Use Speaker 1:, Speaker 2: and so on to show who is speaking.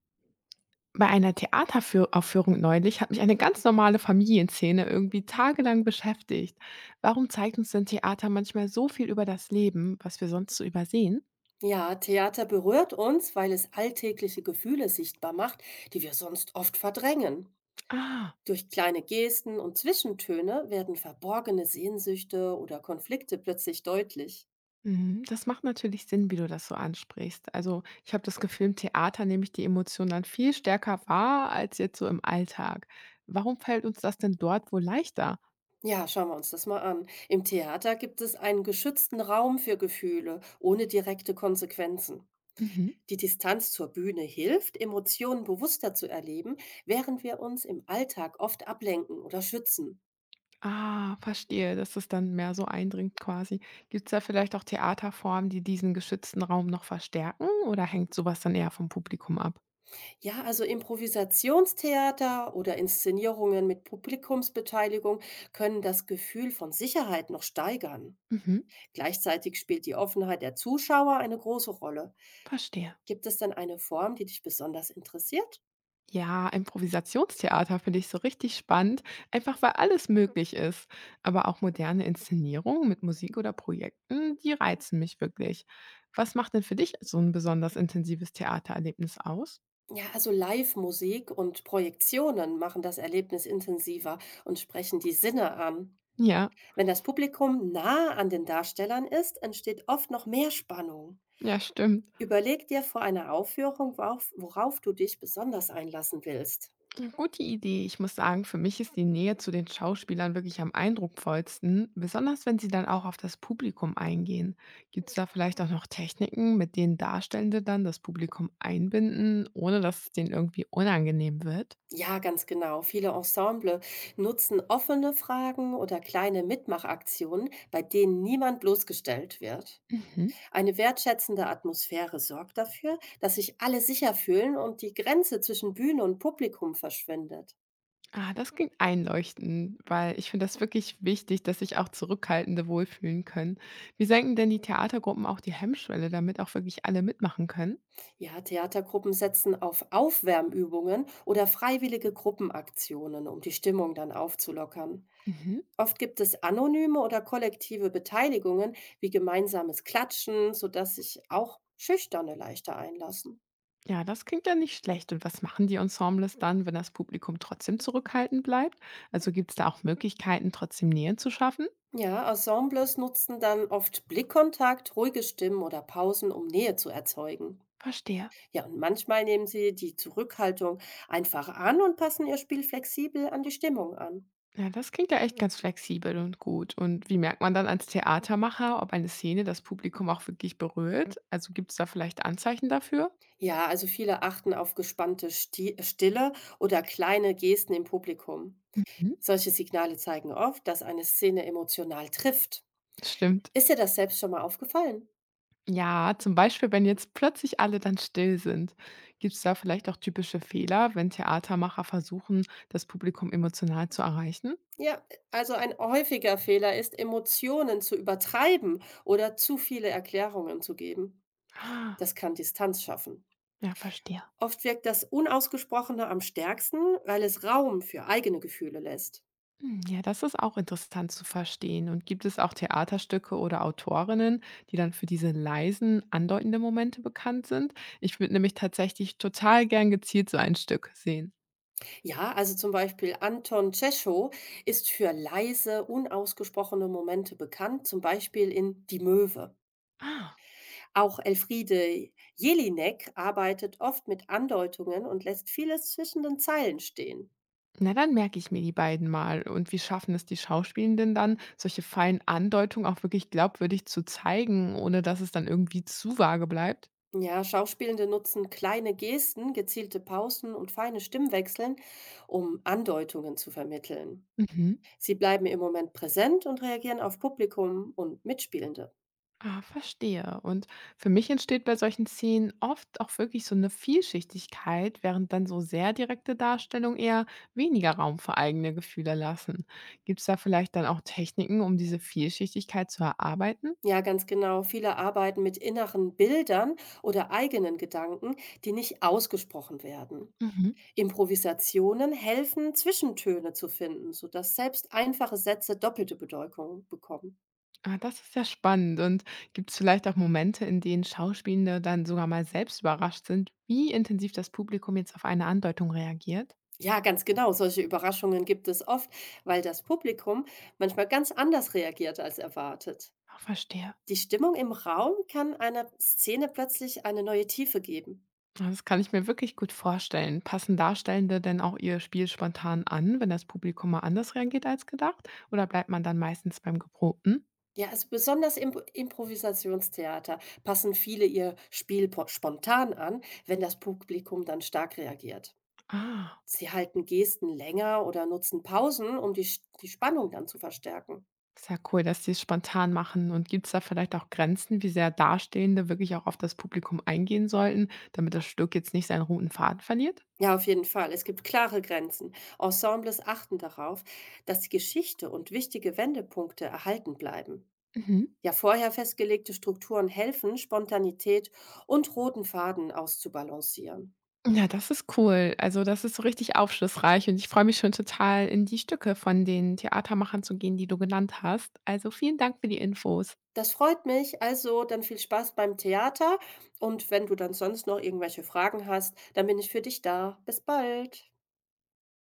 Speaker 1: Bei einer Theateraufführung neulich hat mich eine ganz normale Familienszene irgendwie tagelang beschäftigt. Warum zeigt uns denn Theater manchmal so viel über das Leben, was wir sonst so übersehen?
Speaker 2: Ja, Theater berührt uns, weil es alltägliche Gefühle sichtbar macht, die wir sonst oft verdrängen.
Speaker 1: Ah,
Speaker 2: Durch kleine Gesten und Zwischentöne werden verborgene Sehnsüchte oder Konflikte plötzlich deutlich.
Speaker 1: mhm, das macht natürlich Sinn, wie du das so ansprichst. Also ich habe das Gefühl, im Theater nehme ich die Emotionen dann viel stärker wahr als jetzt so im Alltag. Warum fällt uns das denn dort wohl leichter?
Speaker 2: Ja, schauen wir uns das mal an. Im Theater gibt es einen geschützten Raum für Gefühle ohne direkte Konsequenzen.
Speaker 1: Mhm.
Speaker 2: Die Distanz zur Bühne hilft, Emotionen bewusster zu erleben, während wir uns im Alltag oft ablenken oder schützen.
Speaker 1: Ah, verstehe, dass das dann mehr so eindringt quasi. Gibt es da vielleicht auch Theaterformen, die diesen geschützten Raum noch verstärken oder hängt sowas dann eher vom Publikum ab?
Speaker 2: Ja, also Improvisationstheater oder Inszenierungen mit Publikumsbeteiligung können das Gefühl von Sicherheit noch steigern.
Speaker 1: Mhm,
Speaker 2: Gleichzeitig spielt die Offenheit der Zuschauer eine große Rolle.
Speaker 1: verstehe.
Speaker 2: Gibt es denn eine Form, die dich besonders interessiert?
Speaker 1: Ja, Improvisationstheater finde ich so richtig spannend, einfach weil alles möglich ist. Aber auch moderne Inszenierungen mit Musik oder Projekten, die reizen mich wirklich. Was macht denn für dich so ein besonders intensives Theatererlebnis aus?
Speaker 2: Ja, also Live-Musik und Projektionen machen das Erlebnis intensiver und sprechen die Sinne an.
Speaker 1: Ja,
Speaker 2: Wenn das Publikum nah an den Darstellern ist, entsteht oft noch mehr Spannung.
Speaker 1: ja, stimmt.
Speaker 2: Überleg dir vor einer Aufführung, worauf du dich besonders einlassen willst.
Speaker 1: Gute Idee. Ich muss sagen, für mich ist die Nähe zu den Schauspielern wirklich am eindrucksvollsten, besonders wenn sie dann auch auf das Publikum eingehen. Gibt es da vielleicht auch noch Techniken, mit denen Darstellende dann das Publikum einbinden, ohne dass es denen irgendwie unangenehm wird?
Speaker 2: Ja, ganz genau. Viele Ensemble nutzen offene Fragen oder kleine Mitmachaktionen, bei denen niemand bloßgestellt wird.
Speaker 1: Mhm.
Speaker 2: Eine wertschätzende Atmosphäre sorgt dafür, dass sich alle sicher fühlen und die Grenze zwischen Bühne und Publikum verschwindet.
Speaker 1: Ah, das klingt einleuchtend, weil ich finde das wirklich wichtig, dass sich auch Zurückhaltende wohlfühlen können. Wie senken denn die Theatergruppen auch die Hemmschwelle, damit auch wirklich alle mitmachen können?
Speaker 2: Ja, Theatergruppen setzen auf Aufwärmübungen oder freiwillige Gruppenaktionen, um die Stimmung dann aufzulockern.
Speaker 1: Mhm.
Speaker 2: Oft gibt es anonyme oder kollektive Beteiligungen wie gemeinsames Klatschen, sodass sich auch Schüchterne leichter einlassen.
Speaker 1: Ja, das klingt ja nicht schlecht. Und was machen die Ensembles dann, wenn das Publikum trotzdem zurückhaltend bleibt? Also gibt es da auch Möglichkeiten, trotzdem Nähe zu schaffen?
Speaker 2: Ja, Ensembles nutzen dann oft Blickkontakt, ruhige Stimmen oder Pausen, um Nähe zu erzeugen.
Speaker 1: Verstehe.
Speaker 2: Ja, und manchmal nehmen sie die Zurückhaltung einfach an und passen ihr Spiel flexibel an die Stimmung an.
Speaker 1: Ja, das klingt ja echt ganz flexibel und gut. Und wie merkt man dann als Theatermacher, ob eine Szene das Publikum auch wirklich berührt? Also gibt es da vielleicht Anzeichen dafür?
Speaker 2: Ja, also viele achten auf gespannte Sti Stille oder kleine Gesten im Publikum.
Speaker 1: Mhm.
Speaker 2: Solche Signale zeigen oft, dass eine Szene emotional trifft.
Speaker 1: Stimmt.
Speaker 2: Ist dir das selbst schon mal aufgefallen?
Speaker 1: Ja, zum Beispiel, wenn jetzt plötzlich alle dann still sind. Gibt es da vielleicht auch typische Fehler, wenn Theatermacher versuchen, das Publikum emotional zu erreichen?
Speaker 2: Ja, also ein häufiger Fehler ist, Emotionen zu übertreiben oder zu viele Erklärungen zu geben.
Speaker 1: Ah,
Speaker 2: Das kann Distanz schaffen.
Speaker 1: ja, verstehe.
Speaker 2: Oft wirkt das Unausgesprochene am stärksten, weil es Raum für eigene Gefühle lässt.
Speaker 1: Hm, ja, das ist auch interessant zu verstehen. Und gibt es auch Theaterstücke oder Autorinnen, die dann für diese leisen, andeutenden Momente bekannt sind? Ich würde nämlich tatsächlich total gern gezielt so ein Stück sehen.
Speaker 2: Ja, also zum Beispiel Anton Tschechow ist für leise, unausgesprochene Momente bekannt, zum Beispiel in Die Möwe.
Speaker 1: Ah,
Speaker 2: Auch Elfriede Jelinek arbeitet oft mit Andeutungen und lässt vieles zwischen den Zeilen stehen.
Speaker 1: na dann merke ich mir die beiden mal. Und wie schaffen es die Schauspielenden dann, solche feinen Andeutungen auch wirklich glaubwürdig zu zeigen, ohne dass es dann irgendwie zu vage bleibt?
Speaker 2: Ja, Schauspielende nutzen kleine Gesten, gezielte Pausen und feine Stimmwechseln, um Andeutungen zu vermitteln.
Speaker 1: Mhm.
Speaker 2: Sie bleiben im Moment präsent und reagieren auf Publikum und Mitspielende.
Speaker 1: Ah, verstehe. Und für mich entsteht bei solchen Szenen oft auch wirklich so eine Vielschichtigkeit, während dann so sehr direkte Darstellungen eher weniger Raum für eigene Gefühle lassen. Gibt es da vielleicht dann auch Techniken, um diese Vielschichtigkeit zu erarbeiten?
Speaker 2: Ja, ganz genau. Viele arbeiten mit inneren Bildern oder eigenen Gedanken, die nicht ausgesprochen werden.
Speaker 1: Mhm.
Speaker 2: Improvisationen helfen, Zwischentöne zu finden, sodass selbst einfache Sätze doppelte Bedeutung bekommen.
Speaker 1: Ah, das ist ja spannend. Und gibt es vielleicht auch Momente, in denen Schauspielende dann sogar mal selbst überrascht sind, wie intensiv das Publikum jetzt auf eine Andeutung reagiert?
Speaker 2: Ja, ganz genau. Solche Überraschungen gibt es oft, weil das Publikum manchmal ganz anders reagiert als erwartet.
Speaker 1: Ah, verstehe.
Speaker 2: Die Stimmung im Raum kann einer Szene plötzlich eine neue Tiefe geben.
Speaker 1: Ja, das kann ich mir wirklich gut vorstellen. Passen Darstellende denn auch ihr Spiel spontan an, wenn das Publikum mal anders reagiert als gedacht? Oder bleibt man dann meistens beim Geprobten?
Speaker 2: Ja, also besonders im Improvisationstheater passen viele ihr Spiel spontan an, wenn das Publikum dann stark reagiert.
Speaker 1: Ah,
Speaker 2: Sie halten Gesten länger oder nutzen Pausen, um die Spannung dann zu verstärken.
Speaker 1: ist ja cool, dass die es spontan machen. Und gibt es da vielleicht auch Grenzen, wie sehr Darstellende wirklich auch auf das Publikum eingehen sollten, damit das Stück jetzt nicht seinen roten Faden verliert?
Speaker 2: Ja, auf jeden Fall. Es gibt klare Grenzen. Ensembles achten darauf, dass die Geschichte und wichtige Wendepunkte erhalten bleiben.
Speaker 1: Mhm.
Speaker 2: Ja, vorher festgelegte Strukturen helfen, Spontanität und roten Faden auszubalancieren.
Speaker 1: Ja, das ist cool. Also das ist so richtig aufschlussreich und ich freue mich schon total, in die Stücke von den Theatermachern zu gehen, die du genannt hast. Also vielen Dank für die Infos.
Speaker 2: Das freut mich. Also, dann viel Spaß beim Theater und wenn du dann sonst noch irgendwelche Fragen hast, dann bin ich für dich da. Bis bald.